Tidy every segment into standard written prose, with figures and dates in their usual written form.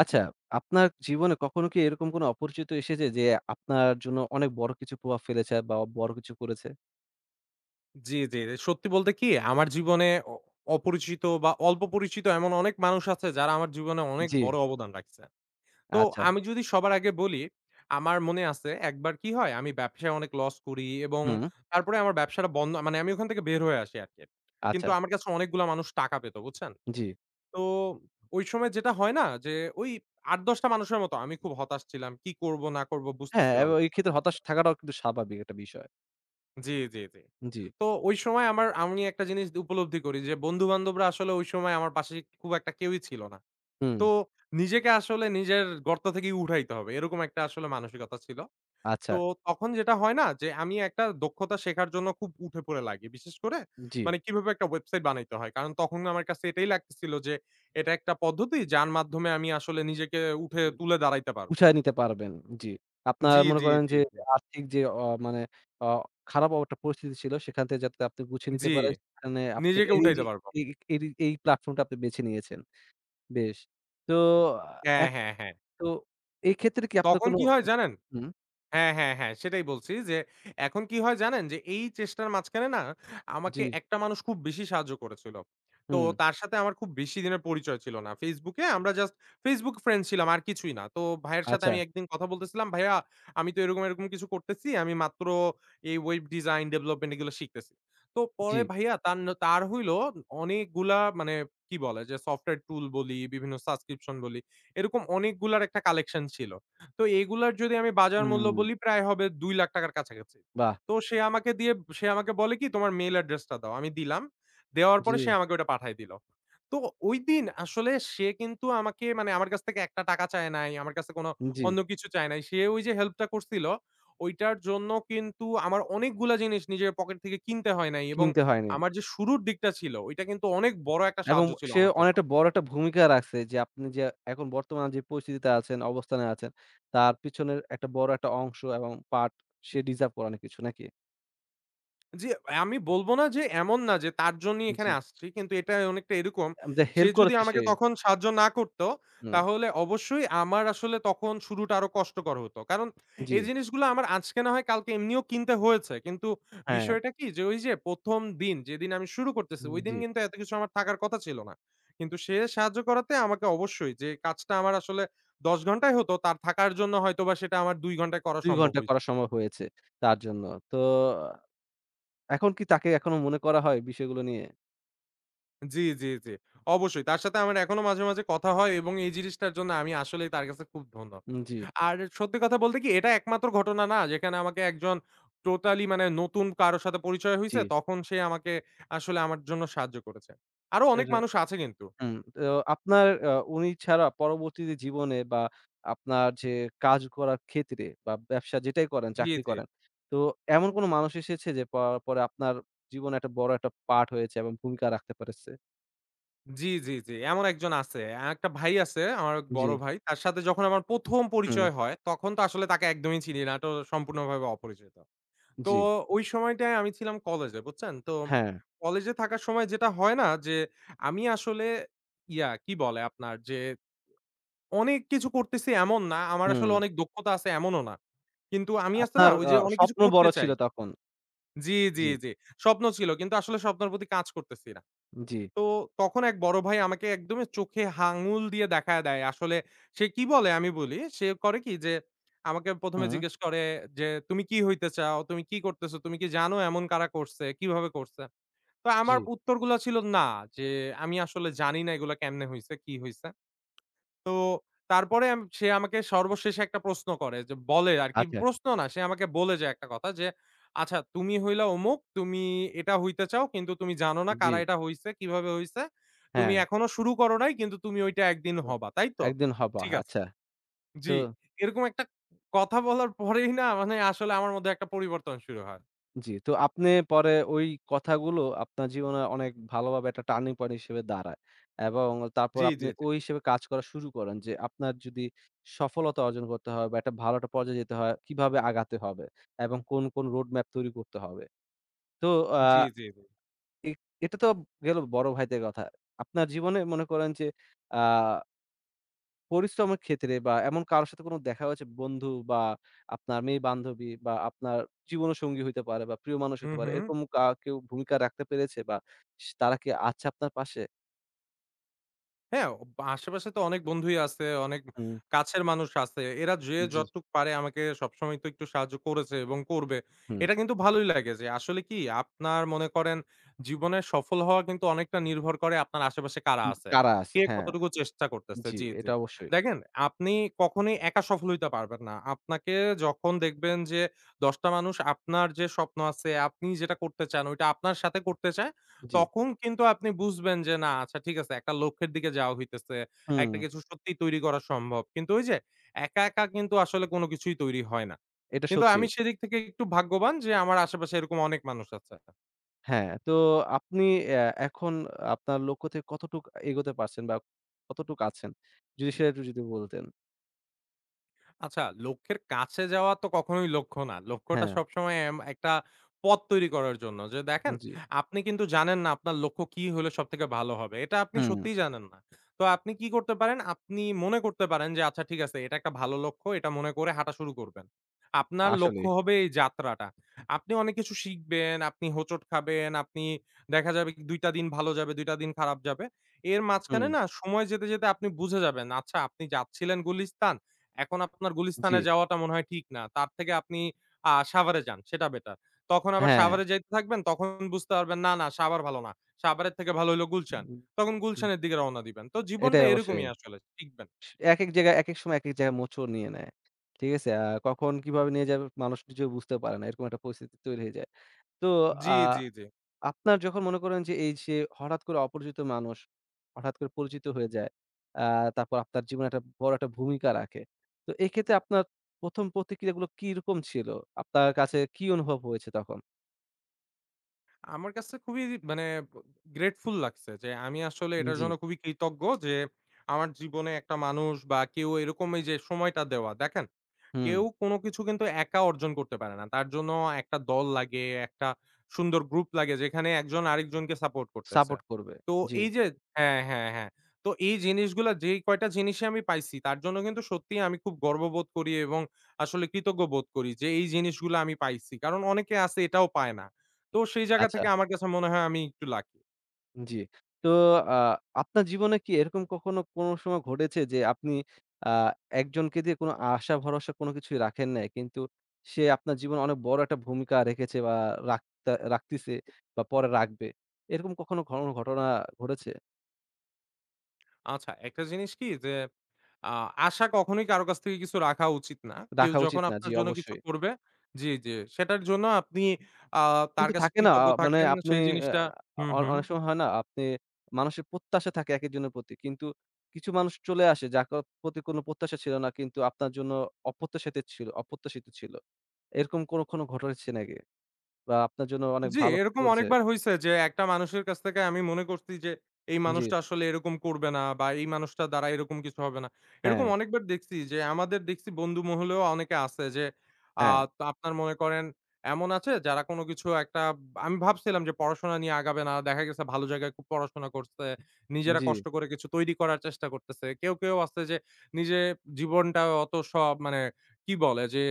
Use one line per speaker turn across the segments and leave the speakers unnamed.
আচ্ছা, আপনার জীবনে কখনো কি এরকম কোনো অপরিচিত এসেছে যে আপনার জন্য অনেক বড় কিছু প্রভাব ফেলেছে বা বড় কিছু করেছে?
জি, জি। সত্যি বলতে কি আমার জীবনে অপরিচিত বা অল্প পরিচিত এমন অনেক মানুষ আছে যারা আমার জীবনে অনেক
জি,
বড় অবদান রাখছে। তো
আচ্ছা।
আমি যদি সবার আগে বলি, আমার মনে আছে একবার কি হয় আমি ব্যবসায় অনেক লস করি এবং
হুম,
তারপরে আমার ব্যবসাটা বন্ধ মানে আমি ওখান থেকে বের হয়ে আসি আরকি।
আচ্ছা,
কিন্তু আমার কাছে অনেকগুলা মানুষ টাকা পেত, বুঝছেন?
জি।
তো ওই সময় যেটা হয় না যে ওই ৮-১০ টা মানুষের মতো আমি খুব হতাশ ছিলাম। কি করব না করব
হ্যাঁ,
বুঝতেছিলাম
এবং
না
এই
সত্যি
ক্ষেত্রে হতাশ
বলতে।
থাকাটাও কিন্তু স্বাভাবিক একটা বিষয়।
জি, জি, জি।
জি,
তো ওই সময় আমি একটা জিনিস উপলব্ধি করি যে বন্ধু-বান্ধবরা আসলে ওই সময় আমার পাশে খুব একটা কেউই ছিল না।
হুম,
তো নিজেকে আসলে নিজের গর্ত থেকেই উঠাইতে হবে। এরকম একটা আসলে মানসিকতা ছিল।
আচ্ছা,
তো তখন যেটা হয় না যে আমি একটা দক্ষতা শেখার জন্য খুব উঠে পড়ে লাগি। বিশেষ করে
জি।
মানে কিভাবে একটা ওয়েবসাইট বানাইতে হয়। কারণ তখন আমার কাছে এটাই লাগতেছিল যে এটা একটা পদ্ধতি যার মাধ্যমে আমি আসলে নিজেকে উঠে
উ
তুলে দাঁড়াইতে পারবো।
গুছায় নিতে পারবেন। জি। আপনার
জি,
মনে
জি,
করেন
জি,
যে
জি।
আর্থিক যে মানে অ খারাপ একটা পরিস্থিতি ছিল সেখান থেকে যাতে আপনি গুছিয়ে নিতে
জি,
পারেন সেখানে আপনি
নিজেকে
এই
উঠাইতে
যে
পারবো।
এই এই এই প্ল্যাটফর্মটা আপনি বেছে নিয়েছেন। বেশ। তো আ
হ্যাঁ, হ্যাঁ, হ্যাঁ।
তো এই ক্ষেত্রে কি আপনার
তখন
কোনো
কি হয় জানেন?
হুম,
হ্যাঁ, হ্যাঁ, হ্যাঁ, সেটাই বলছি যে এখন কি হয় জানেন? যে এই চেষ্টার মাঝখানে না
জি,
আমাকে একটা মানুষ খুব বেশি সাহায্য করেছিল। তো
হুম,
তার সাথে আমার খুব বেশি দিনের পরিচয় ছিল না। Facebook এ আমরা জাস্ট Facebook ফ্রেন্ড ছিলাম আর কিছুই না। তো ভাইয়ের সাথে
আচ্ছা,
আমি একদিন কথা বলতেছিলাম, "ভাইয়া আমি তো এরকম, এরকম কিছু করতেছি। আমি মাত্র এই ওয়েব ডিজাইন, ডেভেলপমেন্ট এগুলো শিখতেছি।" তো
জি,
পরে ভাইয়া তার হইলো অনেকগুলা মানে কি বলে যে সফটওয়্যার টুল বলি, বিভিন্ন সাবস্ক্রিপশন বলি, এরকম অনেকগুলার একটা কালেকশন ছিল। তো এগুলার যদি আমি বাজার মূল্য
হুম,
বলি প্রায় হবে ৳২,০০,০০০ র কাছাকাছি।
বাহ!
তো সে আমাকে বলে কি, "তোমার মেইল অ্যাড্রেসটা দাও।" আমি দিলাম। দেওয়ার
জি,
পরে সে আমাকে ওটা পাঠায় দিল। তো ঐদিন আসলে সে কিন্তু আমাকে মানে আমার কাছ থেকে একটা টাকা চায় নাই। আমার কাছে কোনো
জি,
অন্য কিছু চায় নাই। সে ওই যে হেল্পটা করছিল, ওইটার জন্য কিন্তু আমার অনেকগুলা জিনিস নিজের পকেট থেকে কিনতে হয় নাই এবং
কিনতে হয়নি
আমার যে শুরুর দিকটা ছিল, ওইটা কিন্তু অনেক বড় একটা
এবং
সাহায্য ছিল
সে
আমার জন্য।
অনেকটা বড় একটা ভূমিকা রাখছে যে আপনি যে এখন বর্তমান যে পরিস্থিতিতে আছেন, অবস্থানে আছেন, তার পিছনের একটা বড় একটা অংশ এবং পার্ট সে ডিজার্ভ করে অনেক কিছু নাকি?
জি, আমি বলব না যে এমন না যে তার জন্যই এখানে
জি,
আসছি। কিন্তু এটা অনেকটা এরকম।
আম যে
সে
হেল্প
যদি
করেছে
আমাকে
সে
তখন সাহায্য না করত,
হুম,
তাহলে অবশ্যই আমার আসলে তখন শুরুটা আরো কষ্টকর হতো। কারণ
জি,
এই জিনিসগুলো আমার আজকে না হয় কালকে এমনিও কিনতে হয়েছে। কিন্তু
হ্যাঁ,
বিষয়টা কি যে ওই যে ১ম দিন যেদিন আমি শুরু করতেছি,
হুম,
ওইদিন
জি,
কিন্তু এত কিছু আমার থাকার কথা ছিল না। কিন্তু সে সাহায্য করাতে আমাকে অবশ্যই যে কাজটা আমার আসলে ১০ ঘন্টায় হতো, তার থাকার জন্য হয়তোবা সেটা আমার ২ ঘন্টায় করা
২
সম্ভব
ঘন্টা
হইছে।
করা সম্ভব হয়েছে তার জন্য। তো এখন কি তাকে এখনো মনে করা হয় বিষয়গুলো নিয়ে?
জি, জি, জি। অবশ্যই। তার সাথে আমার এখনো মাঝে, মাঝে কথা হয় এবং এই জিনিসটার জন্য আমি আসলেই তার কাছে খুব ধন্য।
উম জি,
আর সত্যি কথা বলতে কি এটা একমাত্র ঘটনা না যেখানে আমাকে একজন টোটালি মানে নতুন কারো সাথে পরিচয়
জি,
হইছে তখন সে আমাকে আসলে আমার জন্য সাহায্য করেছে। আরো অনেক
এটা
মানুষ আছে কিন্তু।
হুম, তো আপনার উনি ছাড়া পরবর্তীতে জীবনে বা আপনার যে কাজ করার ক্ষেত্রে বা ব্যবসা যেটাই করেন,
জি,
চাকরি
জি।
করেন। তো এমন কোন মানুষ এসেছে যে পরে আপনার জীবনে একটা বড় একটা পার্ট হয়েছে এবং ভূমিকা রাখতে পেরেছে?
জি, জি, জি। এমন একজন আছে। একটা ভাই আছে আমার
জি,
বড় ভাই। তার সাথে যখন আমার ১ম
হুম।
পরিচয় হয় তখন তো আসলে তাকে একদমই চিনি না। তো সম্পূর্ণভাবে অপরিচিত। তো
জি।
ওই সময়টায় আমি ছিলাম কলেজে, বুঝছেন? তো
হ্যাঁ,
কলেজে থাকার সময় যেটা হয় না যে, আমি আসলে কি বলে আপনার যে, অনেক কিছু করতেছি এমন না। আমার
হুম।
আসলে অনেক দক্ষতা আছে এমনও না। কিন্তু আমি আছে না
আপনার
ওই যে অনেক কিছু
স্বপ্ন
করতে
বড়
চাই।
ছিল তখন।
জি, জি,
জি।
জি। স্বপ্ন ছিল। কিন্তু আসলে স্বপ্নের প্রতি কাজ করতেছি না।
জি,
তো তখন এক বড় ভাই আমাকে একদমই চোখে আঙুল দিয়ে দেখায় দেয়। আসলে সে কি বলে আমি বলি। সে করে কি যে আমাকে ১ম এ
হুম।
জিজ্ঞেস করে যে, "তুমি কি হইতে চাও? তুমি কি করতেছো? তুমি কি জানো এমন কারা করছে? কিভাবে করছে?" তো আমার
জি,
উত্তরগুলা ছিল না যে, "আমি আসলে জানি না এগুলা কেমনে হইছে? কি হইছে?" তো তারপরে সে আমাকে সর্বশেষে একটা প্রশ্ন করে যে বলে আরকি
আচ্ছা।
প্রশ্ন না সে আমাকে বলে যায় একটা কথা যে, "আচ্ছা তুমি হইলা অমুক, তুমি এটা হইতে চাও কিন্তু তুমি জানো না
জি,
কারা এটা হইছে, কিভাবে হইছে। তুমি
হ্যাঁ।
এখনো শুরু করো নাই কিন্তু তুমি ওইটা একদিন
তো
হবা। তাই তো?"
একদিন হবা।
ঠিক আছে।
আচ্ছা, তো
জি। এরকম একটা কথা বলার পরেই না মানে আসলে আমার মধ্যে একটা পরিবর্তন শুরু হয়।
জি, তো আপনি পরে ওই কথাগুলো আপনার জীবনে অনেক ভালোভাবে একটা টার্নিং পয়েন্ট হিসেবে দাঁড়ায়। এবং তারপর
জি,
আপনি
জি, জি।
ওই হিসেবে কাজ করা শুরু করেন যে আপনার যদি সফলতা অর্জন করতে হয় বা একটা ভালো একটা পর্যায়ে যেতে হয়, কিভাবে আগাতে হবে এবং কোন রোড ম্যাপ তৈরি করতে হবে। তো আ
জি, জি, জি।
এ এটা তো গেল বড় ভাইদের কথা। আপনার জীবনে মনে করেন যে আ পরিশ্রমের ক্ষেত্রে বা এমন কারো সাথে কোনো দেখা হয়েছে বন্ধু বা আপনার মেয়ে-বান্ধবী বা আপনার জীবনসঙ্গী হইতে পারে বা প্রিয় মানুষ
হু,
হইতে পারে।
হু।
এরকম কেউ ভূমিকা রাখতে পেরেছে বা তারা কি আছে আপনার পাশে?
হ্যাঁ, আশেপাশে তো অনেক বন্ধুই আছে, অনেক
হুম,
কাছের মানুষ আছে। এরা যে
জি,
যতটুক পারে আমাকে সবসময় তো একটু সাহায্য করেছে এবং করবে।
হুম,
এটা কিন্তু ভালোই লাগে যে আসলে কি আপনার মনে করেন জীবনে সফল হওয়া কিন্তু অনেকটা নির্ভর করে আপনার আশেপাশে কারা
হুম,
আছে।
কারা আছে?
কে
হ্যাঁ,
কতটুকু চেষ্টা করতেছে।
জি,
জি, জি।
এটা অবশ্যই।
দেখেন আপনি কখনোই একা সফল হইতে পারবেন না। আপনাকে যখন দেখবেন যে ১০ টা মানুষ আপনার যে স্বপ্ন আছে, আপনি যেটা করতে চান ওইটা আপনার সাথে করতে চায়
জি,
তখন কিন্তু আপনি বুঝবেন যে না আচ্ছা ঠিক আছে একটা লক্ষ্যের দিকে যাওয়া হইতেছে।
হুম,
একটা কিছু সত্যিই তৈরি করা সম্ভব। কিন্তু ওই যে একা, একা কিন্তু আসলে কোন কিছুই তৈরি হয় না।
এটা
কিন্তু
সত্যি।
আমি সেদিক থেকে একটু ভাগ্যবান যে আমার আশেপাশে এরকম অনেক মানুষ আছে।
হ্যাঁ, তো আপনি অ্যা এখন আপনার লক্ষ্য থেকে কতটুক এগোতে পারছেন বা কতটুক আছেন? যদি সেটা একটু যদি বলতেন।
আচ্ছা, লক্ষ্যের কাছে যাওয়া তো কখনোই লক্ষ্য না। লক্ষ্যটা
হ্যাঁ,
সবসময় একটা পথ তৈরি করার জন্য। যে দেখেন,
জি,
আপনি কিন্তু জানেন না আপনার লক্ষ্য কি হলে সবথেকে ভালো হবে। এটা আপনি
হুম,
সত্যিই জানেন না। তো আপনি কি করতে পারেন? আপনি মনে করতে পারেন যে আচ্ছা ঠিক আছে এটা একটা ভালো লক্ষ্য। এটা মনে করে হাঁটা শুরু করবেন। আপনার লক্ষ্য
আসলেই।
হবে এই যাত্রাটা। আপনি অনেক কিছু শিখবেন, আপনি হোঁচট খাবেন, আপনি দেখা যাবে কি ২ টা দিন ভালো যাবে, ২ টা দিন খারাপ যাবে। এর
হুম,
মাঝখানে না সময় যেতে, যেতে আপনি বুঝে যাবেন আচ্ছা আপনি যাচ্ছিলেন গুলিস্তান, এখন আপনার
জি,
গুলিস্তানে যাওয়াটা মনে হয় ঠিক না। তার থেকে আপনি সাভারে যান, সেটা বেটার। তখন আবার
হ্যাঁ।
সাভারে যাইতে থাকবেন, তখন বুঝতে পারবেন না, না সাভার ভালো না। সাভারের থেকে ভালো হইলো গুলশান। তখন
হুম,
গুলশানের দিকে রওনা দিবেন। তো জীবনটা
এটাই অবশ্যই।
এরকমই আসলে শিখবেন।
একেক জায়গায় একেক সময় একেক জায়গায় মোচড় নিয়ে নেয়। ঠিক আছে? কখন কিভাবে নিয়ে যাবে মানুষ নিজেও বুঝতে পারে না। এরকম একটা পরিস্থিতি তৈরি হয়ে যায়। তো
জি,
আ
জি, জি।
আপনার যখন মনে করেন যে এই যে হঠাৎ করে অপরিচিত মানুষ হঠাৎ করে পরিচিত হয়ে যায়। আ তারপর আপনার জীবনে একটা বড় একটা ভূমিকা রাখে। তো এক্ষেত্রে আপনার ১ম প্রতিক্রিয়াগুলো কিরকম ছিল? আপনার কাছে কি অনুভব হয়েছে তখন?
আমার কাছে খুবই মানে গ্রেটফুল লাগছে যে আমি আসলে এটার
জি।
জন্য খুবই কৃতজ্ঞ যে আমার জীবনে একটা মানুষ বা কেউ এরকম এই যে সময়টা দেওয়া। দেখেন
হুম।
কেউ কোনো কিছু কিন্তু একা অর্জন করতে পারে না। তার জন্য একটা দল লাগে, একটা সুন্দর গ্রুপ লাগে যেখানে একজন আরেকজনকে সাপোর্ট করতেছে।
সাপোর্ট করবে।
তো
জি।
এই যে হ্যাঁ, হ্যাঁ, হ্যাঁ। তো এই জিনিসগুলা যেই কয়টা জিনিসই আমি পাইছি তার জন্য কিন্তু সত্যিই আমি খুব গর্ববোধ করি এবং আসলে কৃতজ্ঞ বোধ করি যে এই জিনিসগুলা আমি পাইছি। কারণ অনেকে আছে এটাও পায় না। তো সেই জায়গা
আচ্ছা।
থেকে আমার কাছে মনে হয় আমি একটু লাকি।
জি। তো আ আপনার জীবনে কি এরকম কখনো কোনো সময় ঘটেছে যে আপনি আ একজনকে দিয়ে কোনো আশা ভরসা কোনো কিছুই রাখেন নাই। কিন্তু সে আপনার জীবনে অনেক বড় একটা ভূমিকা রেখেছে বা রাখতে রাখতিছে বা পরে রাখবে। এরকম কখনো কোনো ঘটনা ঘটেছে?
আচ্ছা, একটা জিনিস কি যে আ আশা কখনোই কারো কাছ থেকে কিছু রাখা উচিত না। কেউ
রাখা
যখন
উচিত না। জি,
আপনার জন্য কিছু
অবশ্যই।
করবে জি, জি। সেটার জন্য আপনি আ তার
কিন্তু
কাছে
থাকে না
কৃতজ্ঞ
মানে
থাকেন
আপনি
সেই
অ্যা
জিনিসটা হুম, হুম।
অনেক সময় হয় না আপনি মানুষের প্রত্যাশা থাকে একেকজনের প্রতি। কিন্তু কিছু মানুষ চলে আসে যার প্রতি কোনো প্রত্যাশা ছিল না কিন্তু আপনার জন্য অপ্রত্যাশিত ছিল অপ্রত্যাশিত ছিল। এরকম কোনো ঘটনা হচ্ছে নাকি? বা আপনার জন্য অনেক
জি,
ভালো কিছু
এরকম
করেছে?
অনেকবার হইছে যে একটা মানুষের কাছ থেকে আমি মনে করছি যে এই
জি।
মানুষটা আসলে এরকম করবে না বা এই মানুষটা দ্বারা এরকম কিছু হবে না।
হ্যাঁ,
এরকম অনেকবার দেখছি যে আমাদের দেখছি বন্ধু মহলেও অনেকে আছে যে আ
হ্যাঁ।
আপনার মনে করেন এমন আছে যারা কোনো কিছু একটা আমি ভাবছিলাম যে পড়াশোনা নিয়ে আগাবে না। দেখা গেছে ভালো জায়গায় খুব পড়াশোনা করছে। নিজেরা
জি।
কষ্ট করে কিছু তৈরি করার চেষ্টা করতেছে। কেউ, কেউ আছে যে নিজে জীবনটা অত সব মানে কি বলে যে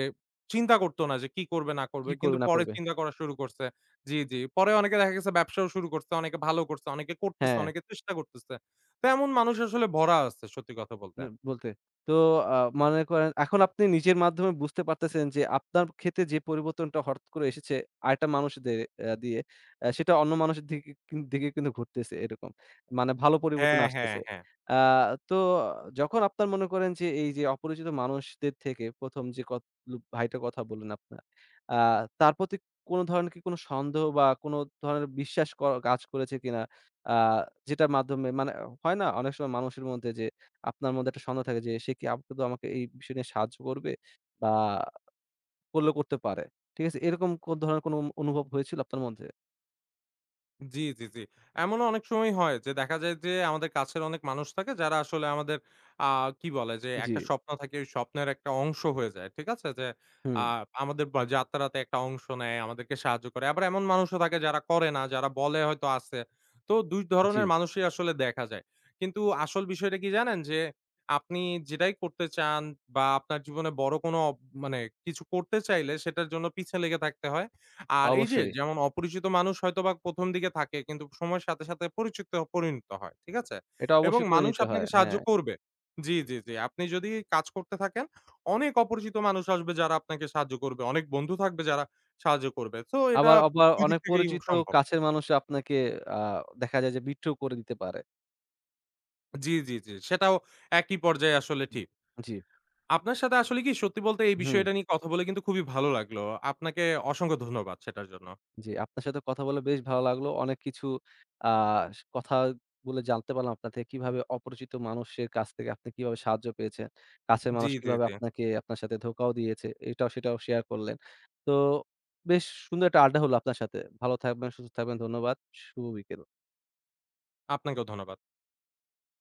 চিন্তা করতো না যে কি করবে না করবে।
কি
কিন্তু
করবে না
পরে
করবে?
চিন্তা করা শুরু করছে। জি, জি। পরে অনেকে দেখা গেছে ব্যবসাও শুরু করছে, অনেকে ভালো করছে, অনেকে করতেছে,
হ্যাঁ।
অনেকে চেষ্টা করতেছে। তো এমন মানুষ আসলে ভরা আছে সত্যি কথা বলতে।
না বলতে। তো আ মনে করেন এখন আপনি নিজের মাধ্যমে বুঝতে পারতেছেন যে আপনার ক্ষেত্রে যে পরিবর্তনটা হঠাৎ করে এসেছে আরেকটা মানুষদের দিয়ে সেটা অন্য মানুষের দিকে দিকে কিন্তু ঘুরতেছে এরকম। মানে ভালো পরিবর্তন
হ্যাঁ, হ্যাঁ,
আসতেছে।
হ্যাঁ।
আ তো যখন আপনার মনে করেন যে এই যে অপরিচিত মানুষদের থেকে ১ম যে ভাইটার কথা বললেন আপনার, আ তার প্রতি কোন ধরনের কি কোন সন্দেহ বা কোন ধরনের বিশ্বাস কাজ করেছে কিনা? আ যেটার মাধ্যমে মানে হয় না অনেক সময় মানুষের মধ্যে যে আপনার মধ্যে একটা সন্দেহ থাকে যে, সে কি আদৌ আমাকে এই বিষয় নিয়ে সাহায্য করবে? বা করলেও করতে পারে। ঠিক আছে? এরকম কোন ধরনের কোনো অনুভব হয়েছিল আপনার মধ্যে?
জি, জি, জি। এমনও অনেক সময় হয় যে দেখা যায় যে আমাদের কাছের অনেক মানুষ থাকে যারা আসলে আমাদের আ কি বলে যে
জি,
একটা স্বপ্ন থাকে ওই স্বপ্নের একটা অংশ হয়ে যায়। ঠিক আছে? যে
হুম,
আ আমাদের বা যাত্রাতে একটা অংশ নেয়, আমাদেরকে সাহায্য করে। আবার এমন মানুষও থাকে যারা করে না, যারা বলে হয়তো আছে। তো ২
জি,
ধরনের মানুষই আসলে দেখা যায়। কিন্তু আসল বিষয়টা কি জানেন? যে আপনি যেটাই করতে চান বা আপনার জীবনে বড় কোনো মানে কিছু করতে চাইলে সেটার জন্য পিছে লেগে থাকতে হয়। আর এই যে
অবশ্যই।
যেমন অপরিচিত মানুষ হয়তোবা ১ম দিকে থাকে কিন্তু সময়ের সাথে, সাথে পরিণত হয়। ঠিক আছে?
এটা
এবং
অবশ্যই করে
মানুষ
নিতে হয়।
আপনাকে সাহায্য
হ্যাঁ।
করবে। জি, জি, জি। আপনি যদি কাজ করতে থাকেন, অনেক অপরিচিত মানুষ আসবে যারা আপনাকে সাহায্য করবে। অনেক বন্ধু থাকবে যারা সাহায্য করবে। সো এটা
আবার আবার
২ দিক
অনেক
থেকেই
পরিচিত
সম্ভব।
কাছের মানুষ আপনাকে আ দেখা যায় যে বিট্রেও করে দিতে পারে।
জি, জি, জি। সেটাও একই পর্যায়ে আসলে
হুম।
ঠিক।
জি,
আপনার সাথে আসলে কি সত্যি বলতে এই
হুম।
বিষয়টা নিয়ে কথা বলে কিন্তু খুবই ভালো লাগলো। আপনাকে অসংখ্য ধন্যবাদ সেটার জন্য।
জি, আপনার সাথে কথা বলে বেশ ভালো লাগলো। অনেক কিছু আ কথা বলে জানতে পারলাম আপনার থেকে কিভাবে অপরিচিত মানুষের কাছ থেকে আপনি কিভাবে সাহায্য পেয়েছেন। কাছের
জি,
মানুষ
জি,
কিভাবে
জি।
আপনাকে আপনার সাথে ধোঁকাও দিয়েছে। এটাও সেটাও শেয়ার করলেন। তো বেশ সুন্দর একটা আড্ডা হলো আপনার সাথে। ভালো থাকবেন, সুস্থ থাকবেন। ধন্যবাদ। শুভ বিকেল।
আপনাকেও ধন্যবাদ।